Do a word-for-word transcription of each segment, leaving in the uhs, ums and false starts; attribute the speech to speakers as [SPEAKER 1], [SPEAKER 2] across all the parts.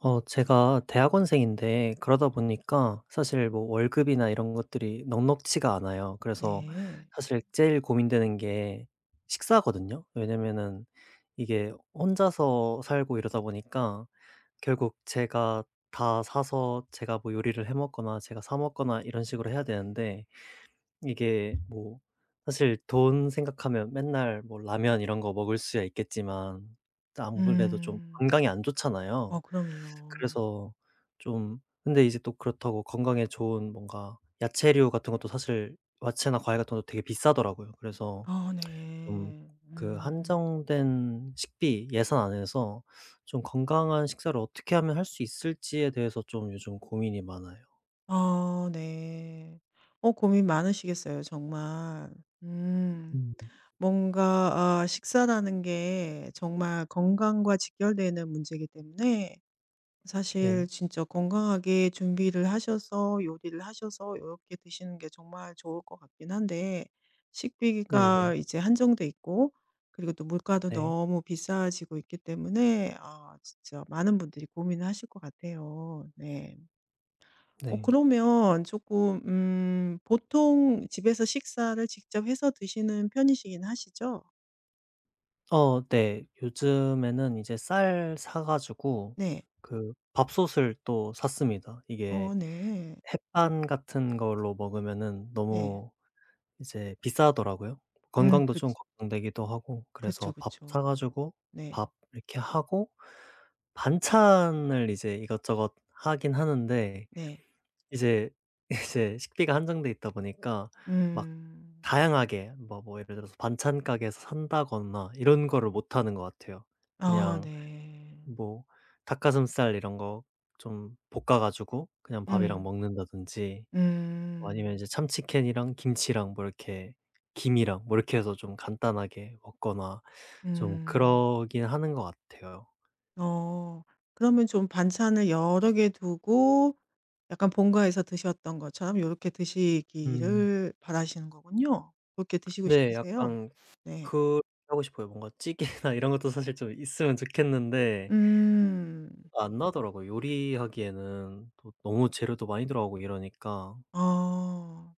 [SPEAKER 1] 어 제가 대학원생인데 그러다 보니까 사실 뭐 월급이나 이런 것들이 넉넉치가 않아요. 그래서
[SPEAKER 2] 네.
[SPEAKER 1] 사실 제일 고민되는 게 식사거든요. 왜냐면은 이게 혼자서 살고 이러다 보니까 결국 제가 다 사서 제가 뭐 요리를 해 먹거나 제가 사 먹거나 이런 식으로 해야 되는데 이게 뭐 사실 돈 생각하면 맨날 뭐 라면 이런 거 먹을 수야 있겠지만 아무래도 좀
[SPEAKER 2] 음.
[SPEAKER 1] 건강에 안
[SPEAKER 2] 어
[SPEAKER 1] 좋잖아요.
[SPEAKER 2] 그럼요.
[SPEAKER 1] 그래서 좀 근데 이제 또 그렇다고 건강에 좋은 뭔가 야채류 같은 것도 사실 야채나 과일 같은 것도 되게 비싸더라고요. 그래서
[SPEAKER 2] 아
[SPEAKER 1] 좀
[SPEAKER 2] 네.
[SPEAKER 1] 그
[SPEAKER 2] 음.
[SPEAKER 1] 한정된 식비 예산 안에서 좀 건강한 식사를 어떻게 하면 할 수 있을지에 대해서 좀 요즘 고민이 많아요.
[SPEAKER 2] 아 네. 어 고민 많으시겠어요 정말. 음.
[SPEAKER 1] 음.
[SPEAKER 2] 뭔가 아 식사라는 게 정말 건강과 직결되는 문제이기 때문에
[SPEAKER 1] 네.
[SPEAKER 2] 사실 진짜 건강하게 준비를 하셔서 요리를 하셔서 이렇게 드시는 게 정말 좋을 것 같긴 한데,
[SPEAKER 1] 네네.
[SPEAKER 2] 식비가 이제 한정돼 있고 그리고 또 물가도
[SPEAKER 1] 네.
[SPEAKER 2] 너무 비싸지고 있기 때문에 아 진짜 많은 분들이 고민을 하실 것 같아요. 네. 어
[SPEAKER 1] 네.
[SPEAKER 2] 그러면 조금 음 보통 집에서 식사를 직접 해서 드시는 편이시긴 하시죠?
[SPEAKER 1] 어 네. 요즘에는 이제 쌀 사 가지고
[SPEAKER 2] 네.
[SPEAKER 1] 그 밥솥을 또 샀습니다.
[SPEAKER 2] 어
[SPEAKER 1] 이게
[SPEAKER 2] 네.
[SPEAKER 1] 햇반 같은 걸로 먹으면은
[SPEAKER 2] 네.
[SPEAKER 1] 너무 이제 비싸더라고요.
[SPEAKER 2] 음
[SPEAKER 1] 건강도 좀
[SPEAKER 2] 그쵸.
[SPEAKER 1] 걱정되기도 하고
[SPEAKER 2] 그쵸,
[SPEAKER 1] 그래서 밥
[SPEAKER 2] 그쵸.
[SPEAKER 1] 사 가지고
[SPEAKER 2] 네.
[SPEAKER 1] 밥 이렇게 하고 반찬을 이제 이것저것 하긴 하는데
[SPEAKER 2] 네.
[SPEAKER 1] 이제 이제 식비가 한정돼 있다 보니까 막
[SPEAKER 2] 음.
[SPEAKER 1] 다양하게 뭐 뭐 예를 들어서 반찬 가게에서 산다거나 이런 거를 못 하는 것 같아요.
[SPEAKER 2] 아
[SPEAKER 1] 그냥
[SPEAKER 2] 네.
[SPEAKER 1] 뭐 닭가슴살 이런 거 좀 볶아 가지고 그냥 밥이랑
[SPEAKER 2] 음.
[SPEAKER 1] 먹는다든지 뭐 아니면
[SPEAKER 2] 음.
[SPEAKER 1] 이제 참치캔이랑 김치랑 뭐 이렇게 김이랑 뭐 이렇게 해서 좀 간단하게 먹거나 좀
[SPEAKER 2] 음.
[SPEAKER 1] 그러긴 하는 것 같아요.
[SPEAKER 2] 어. 그러면 좀 반찬을 여러 개 두고 약간 본가에서 드셨던 것처럼 요렇게
[SPEAKER 1] 음.
[SPEAKER 2] 드시기를 바라시는 거군요. 그렇게 드시고
[SPEAKER 1] 네.
[SPEAKER 2] 싶으세요?
[SPEAKER 1] 약간
[SPEAKER 2] 네.
[SPEAKER 1] 그렇게 하고 싶어요. 뭔가 찌개나 이런 것도 사실 좀 있으면 좋겠는데
[SPEAKER 2] 음.
[SPEAKER 1] 안 나더라고요. 요리하기에는 또 너무 재료도 많이 들어가고 이러니까.
[SPEAKER 2] 어.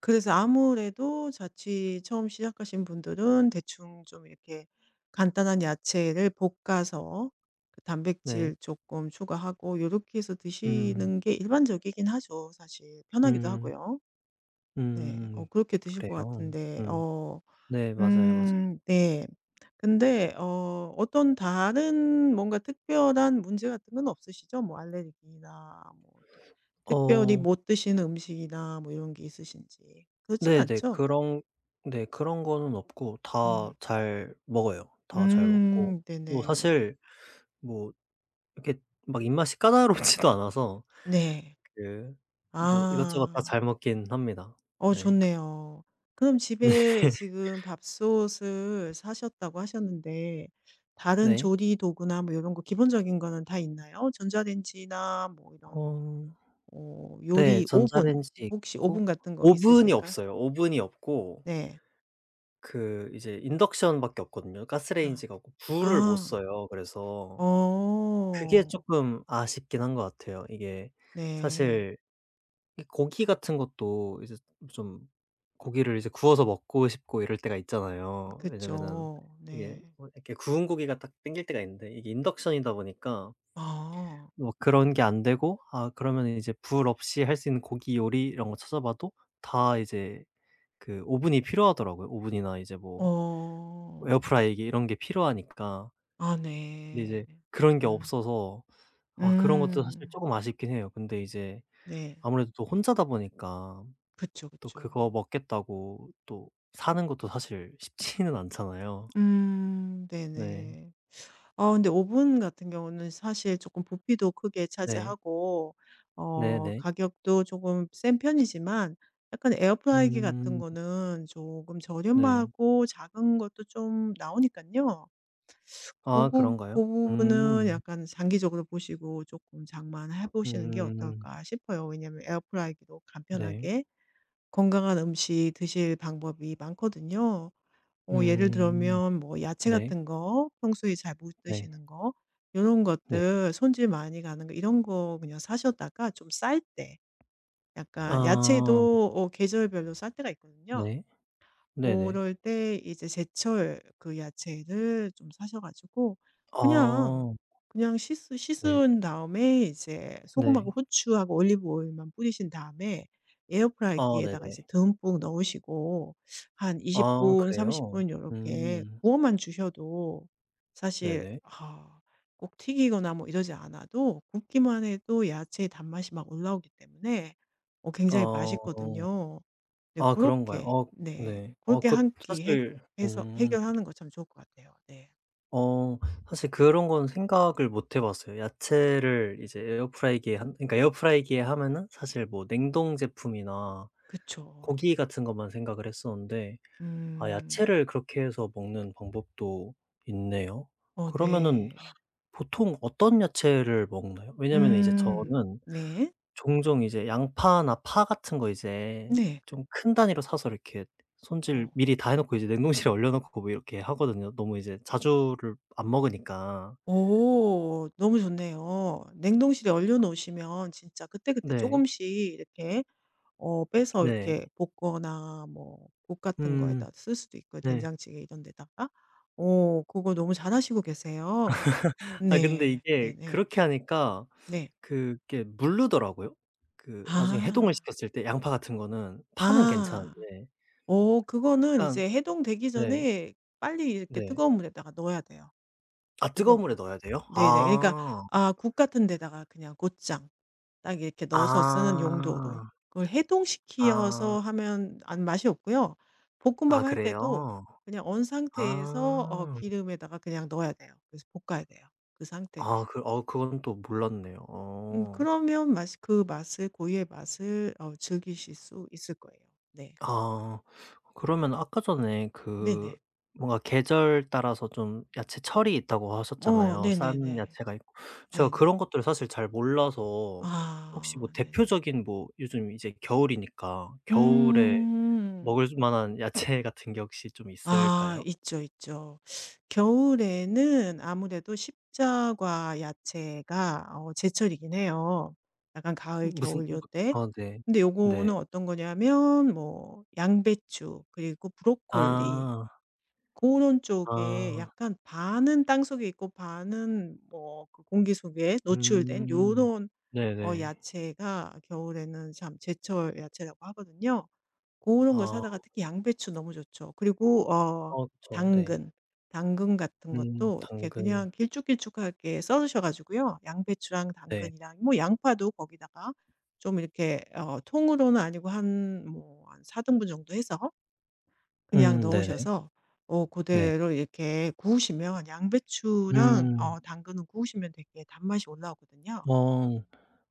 [SPEAKER 2] 그래서 아무래도 자취 처음 시작하신 분들은 대충 좀 이렇게 간단한 야채를 볶아서 그
[SPEAKER 1] 네.
[SPEAKER 2] 단백질 조금 추가하고 요렇게 해서
[SPEAKER 1] 음.
[SPEAKER 2] 드시는 게 일반적이긴 하죠, 사실. 편하기도
[SPEAKER 1] 음.
[SPEAKER 2] 하고요. 네. 어
[SPEAKER 1] 음.
[SPEAKER 2] 그렇게 드실 것
[SPEAKER 1] 그래요.
[SPEAKER 2] 같은데
[SPEAKER 1] 음.
[SPEAKER 2] 어
[SPEAKER 1] 네. 맞아요, 맞아요.
[SPEAKER 2] 음 네. 근데 어 어떤 다른 뭔가 특별한 문제 같은 건 없으시죠? 뭐 알레르기나 뭐 특 특별히
[SPEAKER 1] 어
[SPEAKER 2] 못 드시는 음식이나 뭐 이런 게 있으신지. 그렇진
[SPEAKER 1] 네네.
[SPEAKER 2] 않죠?
[SPEAKER 1] 그런 네, 그런 거는 없고 다
[SPEAKER 2] 음.
[SPEAKER 1] 잘 먹어요. 다 잘 먹고
[SPEAKER 2] 음
[SPEAKER 1] 또
[SPEAKER 2] 네네.
[SPEAKER 1] 사실 뭐 이렇게 막 입맛이 까다롭지도 않아서
[SPEAKER 2] 네.
[SPEAKER 1] 그 뭐 이것저것 다
[SPEAKER 2] 아.
[SPEAKER 1] 잘 먹긴 합니다.
[SPEAKER 2] 어
[SPEAKER 1] 네.
[SPEAKER 2] 좋네요. 그럼 집에 지금 밥솥을 사셨다고 하셨는데 다른
[SPEAKER 1] 네.
[SPEAKER 2] 조리 도구나 뭐 이런 거 기본적인 거는 다 있나요? 전자레인지나 뭐 이런
[SPEAKER 1] 어
[SPEAKER 2] 어
[SPEAKER 1] 네.
[SPEAKER 2] 요리 오븐
[SPEAKER 1] 전자레인지
[SPEAKER 2] 혹시
[SPEAKER 1] 있고
[SPEAKER 2] 오븐 같은 거
[SPEAKER 1] 오븐이
[SPEAKER 2] 있으실까요?
[SPEAKER 1] 없어요. 오븐이 없고
[SPEAKER 2] 네.
[SPEAKER 1] 그 이제 인덕션밖에 없거든요.
[SPEAKER 2] 아.
[SPEAKER 1] 가스레인지가 없고 불을 못
[SPEAKER 2] 아.
[SPEAKER 1] 써요. 그래서 그게
[SPEAKER 2] 어.
[SPEAKER 1] 쪼끔 아쉽긴 한 것 같아요. 이게
[SPEAKER 2] 네.
[SPEAKER 1] 사실 이 고기 같은 것도 이제 좀 고기를 이제 구워서 먹고 싶고 이럴 때가 있잖아요. 왜냐면은
[SPEAKER 2] 그쵸.
[SPEAKER 1] 이게
[SPEAKER 2] 네.
[SPEAKER 1] 뭐 이렇게 구운 고기가 딱 땡길 때가 있는데 이게 인덕션이다 보니까
[SPEAKER 2] 아.
[SPEAKER 1] 뭐 그런 게 안 되고 아 그러면 이제 불 없이 할 수 있는 고기 요리 이런 거 찾아봐도 다 이제 그 오븐이 필요하더라고요. 오븐이나 이제 뭐
[SPEAKER 2] 어.
[SPEAKER 1] 에어프라이기 이런 게 필요하니까.
[SPEAKER 2] 아
[SPEAKER 1] 근데
[SPEAKER 2] 네.
[SPEAKER 1] 이제 그런 게
[SPEAKER 2] 음.
[SPEAKER 1] 없어서 아 그런 것도 사실
[SPEAKER 2] 음.
[SPEAKER 1] 쪼금 아쉽긴 해요. 근데 이제
[SPEAKER 2] 네.
[SPEAKER 1] 아무래도 또 혼자다 보니까
[SPEAKER 2] 그쵸,
[SPEAKER 1] 또 그거
[SPEAKER 2] 그쵸.
[SPEAKER 1] 먹겠다고 또 사는 것도 사실 쉽지는 않잖아요.
[SPEAKER 2] 음.
[SPEAKER 1] 네.
[SPEAKER 2] 네네. 어 근데 오븐 같은 경우는 사실 조금 부피도 크게
[SPEAKER 1] 네.
[SPEAKER 2] 차지하고 어
[SPEAKER 1] 네네.
[SPEAKER 2] 가격도 조금 센 편이지만, 약간 에어프라이기 같은
[SPEAKER 1] 음.
[SPEAKER 2] 거는 조금
[SPEAKER 1] 네.
[SPEAKER 2] 저렴하고 작은 것도 좀 나오니까요, 그
[SPEAKER 1] 아 그런가요?
[SPEAKER 2] 부분은
[SPEAKER 1] 음.
[SPEAKER 2] 약간 장기적으로 보시고 조금 장만해 보시는 게
[SPEAKER 1] 음.
[SPEAKER 2] 어떨까 싶어요. 왜냐하면 에어프라이기도
[SPEAKER 1] 네.
[SPEAKER 2] 간편하게 건강한 음식 드실 방법이 많거든요. 어 예를
[SPEAKER 1] 음.
[SPEAKER 2] 들면 뭐 야채
[SPEAKER 1] 네.
[SPEAKER 2] 같은 거 평소에 잘 못
[SPEAKER 1] 네.
[SPEAKER 2] 드시는 거, 이런
[SPEAKER 1] 네.
[SPEAKER 2] 것들 손질 많이 가는 거 이런 거 그냥 사셨다가 좀 쌀 때, 약간
[SPEAKER 1] 아.
[SPEAKER 2] 야채도 어 계절별로 쌀 때가 있거든요.
[SPEAKER 1] 네.
[SPEAKER 2] 그
[SPEAKER 1] 네네.
[SPEAKER 2] 럴 때 이제 제철 그 야채를 좀 사셔 가지고 그냥,
[SPEAKER 1] 아.
[SPEAKER 2] 그냥 씻
[SPEAKER 1] 네.
[SPEAKER 2] 씻은 다음에 이제 소금하고
[SPEAKER 1] 네.
[SPEAKER 2] 후추하고 올리브 오일만 뿌리신 다음에
[SPEAKER 1] 아
[SPEAKER 2] 에어프라이기에다가 이제
[SPEAKER 1] 네네.
[SPEAKER 2] 듬뿍 넣으시고 한 이십
[SPEAKER 1] 아
[SPEAKER 2] 분, 30
[SPEAKER 1] 그래요?
[SPEAKER 2] 분 요렇게
[SPEAKER 1] 음.
[SPEAKER 2] 구워만 주셔도, 사실
[SPEAKER 1] 네네.
[SPEAKER 2] 아 꼭 튀기거나 뭐 이러지 않아도 굽기만 해도 야채의 단맛이 막 올라오기 때문에 어 굉장히
[SPEAKER 1] 어.
[SPEAKER 2] 맛있거든요. 네
[SPEAKER 1] 아
[SPEAKER 2] 그렇
[SPEAKER 1] 그런가요?
[SPEAKER 2] 게
[SPEAKER 1] 어
[SPEAKER 2] 네
[SPEAKER 1] 네.
[SPEAKER 2] 그렇
[SPEAKER 1] 어
[SPEAKER 2] 게
[SPEAKER 1] 그
[SPEAKER 2] 한 끼 해
[SPEAKER 1] 사실
[SPEAKER 2] 해서
[SPEAKER 1] 음.
[SPEAKER 2] 해결하는 거 참 좋을 것 같아요. 네.
[SPEAKER 1] 어 사실 그런 건 생각을 못 해 봤어요. 야채를 이제 에어프라이기에 한 그러니까 에어프라이기에 하면은 사실 뭐 냉동 제품이나
[SPEAKER 2] 그쵸.
[SPEAKER 1] 고기 같은 것만 생각을 했었는데 아
[SPEAKER 2] 음.
[SPEAKER 1] 야채를 그렇게 해서 먹는 방법도 있네요.
[SPEAKER 2] 어
[SPEAKER 1] 그러면은
[SPEAKER 2] 네.
[SPEAKER 1] 보통 어떤 야채를 먹나요? 왜냐면 이제
[SPEAKER 2] 음.
[SPEAKER 1] 저는
[SPEAKER 2] 네.
[SPEAKER 1] 종종 이제 양파나 파 같은 거 이제
[SPEAKER 2] 네.
[SPEAKER 1] 좀 큰 단위로 사서 이렇게 손질
[SPEAKER 2] 어.
[SPEAKER 1] 미리 다 해 놓고 이제 냉동실에 얼려 놓고 뭐 이렇게 하거든요. 너무 이제 자주를 안 먹으니까.
[SPEAKER 2] 오 너무 좋네요. 냉동실에 얼려 놓으시면 진짜 그때그때 조금
[SPEAKER 1] 네.
[SPEAKER 2] 씩 이렇게 어 빼서
[SPEAKER 1] 네.
[SPEAKER 2] 이렇게 볶거나 뭐 국 같은
[SPEAKER 1] 음
[SPEAKER 2] 거에다 쓸 수도 있고요,
[SPEAKER 1] 네.
[SPEAKER 2] 된장찌개 이런 데다가. 오. 그거 너무 잘하시고 계세요.
[SPEAKER 1] 아 근데
[SPEAKER 2] 네. 네네.
[SPEAKER 1] 이게
[SPEAKER 2] 네.
[SPEAKER 1] 그렇게 하니까
[SPEAKER 2] 네.
[SPEAKER 1] 그게 물르더라고요. 그 나중에 해동을
[SPEAKER 2] 아.
[SPEAKER 1] 시켰을 때 양파 같은 거는 파는
[SPEAKER 2] 아.
[SPEAKER 1] 괜찮은데
[SPEAKER 2] 어 그거는
[SPEAKER 1] 약간
[SPEAKER 2] 이제 해동되기
[SPEAKER 1] 네.
[SPEAKER 2] 전에 빨리 이렇게
[SPEAKER 1] 네.
[SPEAKER 2] 뜨거운 물에다가 넣어야 돼요.
[SPEAKER 1] 아
[SPEAKER 2] 뜨거운
[SPEAKER 1] 뜨거운 물에
[SPEAKER 2] 물.
[SPEAKER 1] 넣어야 돼요?
[SPEAKER 2] 네네. 그러니까
[SPEAKER 1] 아.
[SPEAKER 2] 아 국 같은 데다가 그냥 곧장 딱 이렇게 넣어서 쓰는 용도로.
[SPEAKER 1] 아.
[SPEAKER 2] 그걸
[SPEAKER 1] 아.
[SPEAKER 2] 해동시켜서 하면 안 맛이 없고요. 볶음밥
[SPEAKER 1] 아
[SPEAKER 2] 할 때도
[SPEAKER 1] 그래요?
[SPEAKER 2] 그냥 언 상태에서 어
[SPEAKER 1] 아.
[SPEAKER 2] 기름에다가 그냥 넣어야 돼요. 그래서 볶아야 돼요, 그
[SPEAKER 1] 아
[SPEAKER 2] 상태로.
[SPEAKER 1] 그 어 그건 또 몰랐네요.
[SPEAKER 2] 음
[SPEAKER 1] 어.
[SPEAKER 2] 그러면 맛이 그 맛을 고유의 맛을 어 즐기실 수 있을 거예요. 네.
[SPEAKER 1] 아. 그러면 아까 전에 그
[SPEAKER 2] 네네.
[SPEAKER 1] 뭔가 계절 따라서 좀 야채 철이 있다고
[SPEAKER 2] 어
[SPEAKER 1] 하셨잖아요. 싼
[SPEAKER 2] 네네네.
[SPEAKER 1] 야채가 있고. 제가
[SPEAKER 2] 네네.
[SPEAKER 1] 그런 것들을 사실 잘 몰라서 혹시 뭐
[SPEAKER 2] 아 네네.
[SPEAKER 1] 대표적인 뭐 요즘 이제 겨울이니까 겨울에
[SPEAKER 2] 음.
[SPEAKER 1] 먹을 만한 야채 같은 게 혹시 좀
[SPEAKER 2] 아
[SPEAKER 1] 있을까요?
[SPEAKER 2] 있죠, 있죠. 겨울에는 아무래도 십자과 야채가 어 제철이긴 해요. 약간 가을,
[SPEAKER 1] 무슨 어
[SPEAKER 2] 겨울 요때.
[SPEAKER 1] 아 네.
[SPEAKER 2] 근데
[SPEAKER 1] 네.
[SPEAKER 2] 요거는 어떤 거냐면 뭐 양배추 그리고 브로콜리
[SPEAKER 1] 아.
[SPEAKER 2] 그런 쪽에,
[SPEAKER 1] 아.
[SPEAKER 2] 약간 반은 땅속에 있고 반은 뭐 그 공기 속에 노출된
[SPEAKER 1] 음.
[SPEAKER 2] 요런 어
[SPEAKER 1] 네네.
[SPEAKER 2] 야채가 겨울에는 참 제철 야채라고 하거든요. 고런 걸
[SPEAKER 1] 아.
[SPEAKER 2] 사다가 특히 양배추 너무 좋죠. 그리고 어
[SPEAKER 1] 어 그쵸. 네.
[SPEAKER 2] 당근, 당근 같은
[SPEAKER 1] 음
[SPEAKER 2] 것도 이렇게
[SPEAKER 1] 당근.
[SPEAKER 2] 그냥 길쭉길쭉하게 썰으셔 가지고요. 양배추랑
[SPEAKER 1] 네.
[SPEAKER 2] 당근이랑 뭐 양파도 거기다가 좀 이렇게 어 통으로는 아니고 한 뭐 한 사 등분 정도 해서 그냥
[SPEAKER 1] 음 네네.
[SPEAKER 2] 넣으셔서 어 그
[SPEAKER 1] 네.
[SPEAKER 2] 대로 이렇게 구우시면 양배추랑
[SPEAKER 1] 음.
[SPEAKER 2] 어 당근은 구우시면 되게 단맛이 올라오거든요.
[SPEAKER 1] 어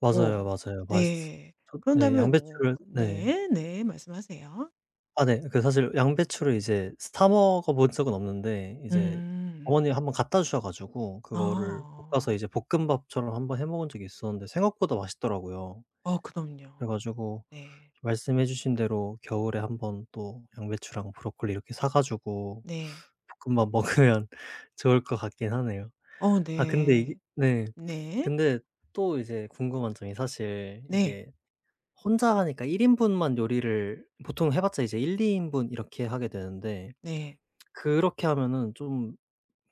[SPEAKER 1] 맞아요,
[SPEAKER 2] 어
[SPEAKER 1] 맞아요. 맛있어
[SPEAKER 2] 네.
[SPEAKER 1] 저
[SPEAKER 2] 그런
[SPEAKER 1] 네
[SPEAKER 2] 다음에 뭐
[SPEAKER 1] 양배추를 네.
[SPEAKER 2] 네. 네. 말씀하세요.
[SPEAKER 1] 아 네. 그 사실 양배추를 이제 사 먹어 본 적은 없는데 이제
[SPEAKER 2] 음.
[SPEAKER 1] 어머니가 한번 갖다 주셔 가지고 그거를
[SPEAKER 2] 아.
[SPEAKER 1] 볶아서 이제 볶음밥처럼 한번 해 먹은 적이 있었는데 생각보다 맛있더라고요.
[SPEAKER 2] 어
[SPEAKER 1] 그래
[SPEAKER 2] 그럼요.
[SPEAKER 1] 가지고
[SPEAKER 2] 네.
[SPEAKER 1] 말씀해 주신 대로 겨울에 한번 또 양배추랑 브로콜리 이렇게 사 가지고
[SPEAKER 2] 네.
[SPEAKER 1] 볶음밥 먹으면 좋을 것 같긴 하네요.
[SPEAKER 2] 어
[SPEAKER 1] 아 근데 이게
[SPEAKER 2] 네.
[SPEAKER 1] 네.
[SPEAKER 2] 네.
[SPEAKER 1] 근데 또 이제 궁금한 점이 사실
[SPEAKER 2] 네.
[SPEAKER 1] 이게 혼자 하니까 일 인분만 요리를 보통 해 봤자 이제 일에서 이 인분 이렇게 하게 되는데
[SPEAKER 2] 네.
[SPEAKER 1] 그렇게 하면은 좀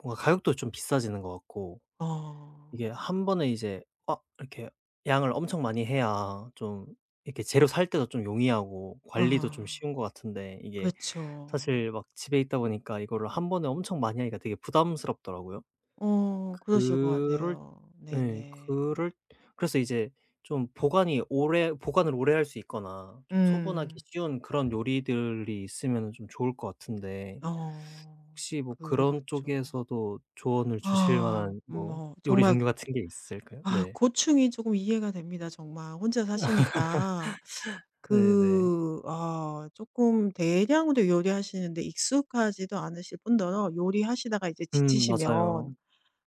[SPEAKER 1] 뭔가 가격도 좀 비싸지는 것 같고
[SPEAKER 2] 어.
[SPEAKER 1] 이게 한 번에 이제 아 이렇게 양을 엄청 많이 해야 좀 이렇게 재료 살 때도 좀 용이하고 관리도 좀
[SPEAKER 2] 아.
[SPEAKER 1] 쉬운 것 같은데 이게 사실
[SPEAKER 2] 그렇죠.
[SPEAKER 1] 막 집에 있다 보니까 이거를 한 번에 엄청 많이 하기가 되게 부담스럽더라고요.
[SPEAKER 2] 어 그러실 것
[SPEAKER 1] 그럴
[SPEAKER 2] 같아요.
[SPEAKER 1] 예.
[SPEAKER 2] 네네.
[SPEAKER 1] 그럴 그래서 이제 좀 보관이 오래 보관을 오래 할 수 있거나 좀 소분하기
[SPEAKER 2] 음.
[SPEAKER 1] 쉬운 그런 요리들이 있으면은 좀 좋을 것 같은데
[SPEAKER 2] 어.
[SPEAKER 1] 혹시 뭐 그런
[SPEAKER 2] 그렇죠.
[SPEAKER 1] 쪽에서도 조언을 주실
[SPEAKER 2] 아
[SPEAKER 1] 만한 뭐
[SPEAKER 2] 뭐
[SPEAKER 1] 요리
[SPEAKER 2] 정말
[SPEAKER 1] 종류 같은 게 있을까요?
[SPEAKER 2] 아
[SPEAKER 1] 네.
[SPEAKER 2] 고충이 조금 이해가 됩니다 정말. 혼자 사시니까
[SPEAKER 1] 네네.
[SPEAKER 2] 그 아쪼 대량으로 요리하시는데 익숙하지도 않으실 뿐더러, 요리하시다가 이제
[SPEAKER 1] 음 맞아요.
[SPEAKER 2] 지치시면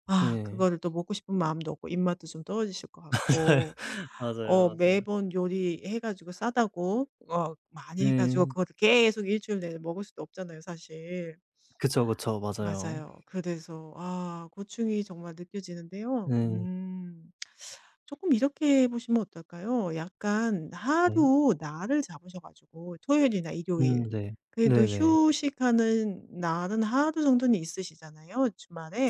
[SPEAKER 2] 아
[SPEAKER 1] 네.
[SPEAKER 2] 그거를 또 먹고 싶은 마음도 없고 입맛도 좀 떨어지실 것 같고, 어
[SPEAKER 1] 맞아요, 맞아요.
[SPEAKER 2] 매번 요리해 가지고 싸다고 어 많이 해 가지고
[SPEAKER 1] 네.
[SPEAKER 2] 그거를 계속 일주일 내내 먹을 수도 없잖아요 사실.
[SPEAKER 1] 그쵸, 그쵸. 맞아요.
[SPEAKER 2] 맞아요. 그래서 아 고충이 정말 느껴지는데요.
[SPEAKER 1] 네.
[SPEAKER 2] 음 조금 이렇게 보시면 어떨까요? 약간
[SPEAKER 1] 네.
[SPEAKER 2] 하루 날을 잡으셔 가지고 토요일이나
[SPEAKER 1] 음
[SPEAKER 2] 일요일,
[SPEAKER 1] 네.
[SPEAKER 2] 그래도
[SPEAKER 1] 네네.
[SPEAKER 2] 휴식하는 날은 하루 정도는 있으시잖아요,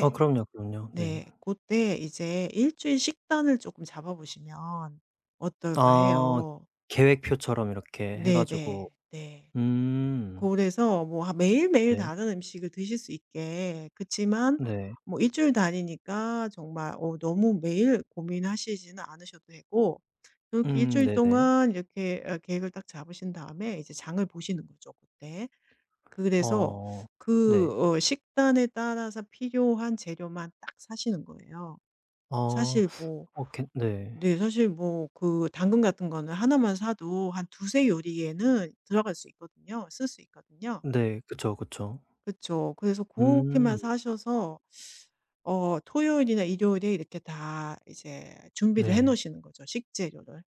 [SPEAKER 1] 아 그럼요, 그럼요.
[SPEAKER 2] 네.
[SPEAKER 1] 네.
[SPEAKER 2] 그때 이제 일 주일 식단을 조금 잡아 보시면 어떨까
[SPEAKER 1] 아
[SPEAKER 2] 해요.
[SPEAKER 1] 계획표처럼 이렇게 해 가지고
[SPEAKER 2] 네네. 네.
[SPEAKER 1] 음.
[SPEAKER 2] 그래서 뭐 하 매일매일
[SPEAKER 1] 네.
[SPEAKER 2] 다른 음식을 드실 수 있게, 그치만
[SPEAKER 1] 네.
[SPEAKER 2] 뭐 일 주일 다니니까 정말 어 너무 매일 고민하시지는 않으셔도 되고, 그렇게 일
[SPEAKER 1] 음
[SPEAKER 2] 주일
[SPEAKER 1] 네네.
[SPEAKER 2] 동안 이렇게 어 계획을 딱 잡으신 다음에 이제 장을 보시는 거죠 그때. 그래서
[SPEAKER 1] 어.
[SPEAKER 2] 그
[SPEAKER 1] 네.
[SPEAKER 2] 어 식단에 따라서 필요한 재료만 딱 사시는 거예요.
[SPEAKER 1] 오
[SPEAKER 2] 사실 뭐
[SPEAKER 1] 어괜 네.
[SPEAKER 2] 네 사실 뭐 그 당근 같은 거는 하나만 사도 한 두세 요리에는 들어갈 수 있거든요. 쓸 수 있거든요.
[SPEAKER 1] 네. 그쵸, 그쵸.
[SPEAKER 2] 그쵸. 그래서 그렇게만
[SPEAKER 1] 음
[SPEAKER 2] 사셔서 어 토요일이나 일요일에 이렇게 다 이제 준비를 해
[SPEAKER 1] 네.
[SPEAKER 2] 놓으시는 거죠, 식재료를.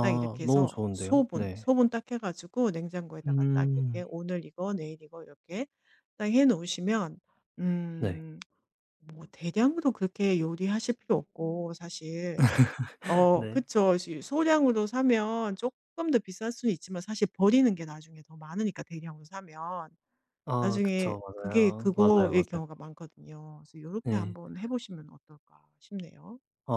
[SPEAKER 2] 딱 이렇게
[SPEAKER 1] 너무
[SPEAKER 2] 해서
[SPEAKER 1] 좋은데요.
[SPEAKER 2] 소분,
[SPEAKER 1] 네.
[SPEAKER 2] 소분 딱 해 가지고 냉장고에다가 딱
[SPEAKER 1] 음.
[SPEAKER 2] 이렇게 오늘 이거 내일 이거 이렇게 딱 해 놓으시면
[SPEAKER 1] 네.
[SPEAKER 2] 음 뭐 대량으로 그렇게 요리하실 필요 없고 사실. 어
[SPEAKER 1] 네.
[SPEAKER 2] 그쵸. 시 소량으로 사면 조금 더 비쌀 수는 있지만 사실 버리는 게 나중에 더 많으니까 대량으로 사면
[SPEAKER 1] 아
[SPEAKER 2] 나중에
[SPEAKER 1] 그쵸.
[SPEAKER 2] 그게
[SPEAKER 1] 맞아요. 맞아요,
[SPEAKER 2] 그거일
[SPEAKER 1] 맞아요.
[SPEAKER 2] 경우가 많거든요. 그래서 요렇게
[SPEAKER 1] 네.
[SPEAKER 2] 한번 해 보시면 어떨까 싶네요.
[SPEAKER 1] 아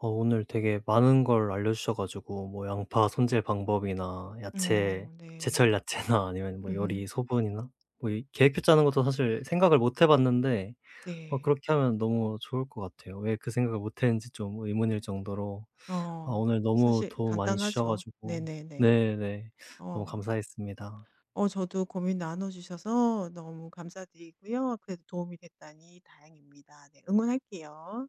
[SPEAKER 1] 어 오늘 되게 많은 걸 알려주셔 가지고 뭐 양파 손질 방법이나 야채
[SPEAKER 2] 어
[SPEAKER 1] 제철
[SPEAKER 2] 네.
[SPEAKER 1] 야채나 아니면 뭐
[SPEAKER 2] 음음.
[SPEAKER 1] 요리 소분이나 뭐 이 계획표 짜는 것도 사실 생각을 못해 봤는데 어
[SPEAKER 2] 네.
[SPEAKER 1] 그렇게 하면 너무 좋을 것 같아요. 왜 그 생각을 못 했는지 좀 의문일 정도로 아
[SPEAKER 2] 어
[SPEAKER 1] 오늘 너무
[SPEAKER 2] 사실
[SPEAKER 1] 도움 많이 주셔
[SPEAKER 2] 간단하죠.
[SPEAKER 1] 가지고
[SPEAKER 2] 네네네.
[SPEAKER 1] 네네. 너무
[SPEAKER 2] 어.
[SPEAKER 1] 감사했습니다.
[SPEAKER 2] 어 저도 고민 나눠 주셔서 너무 감사드리고요. 그래도 도움이 됐다니 다행입니다. 네 응원할게요.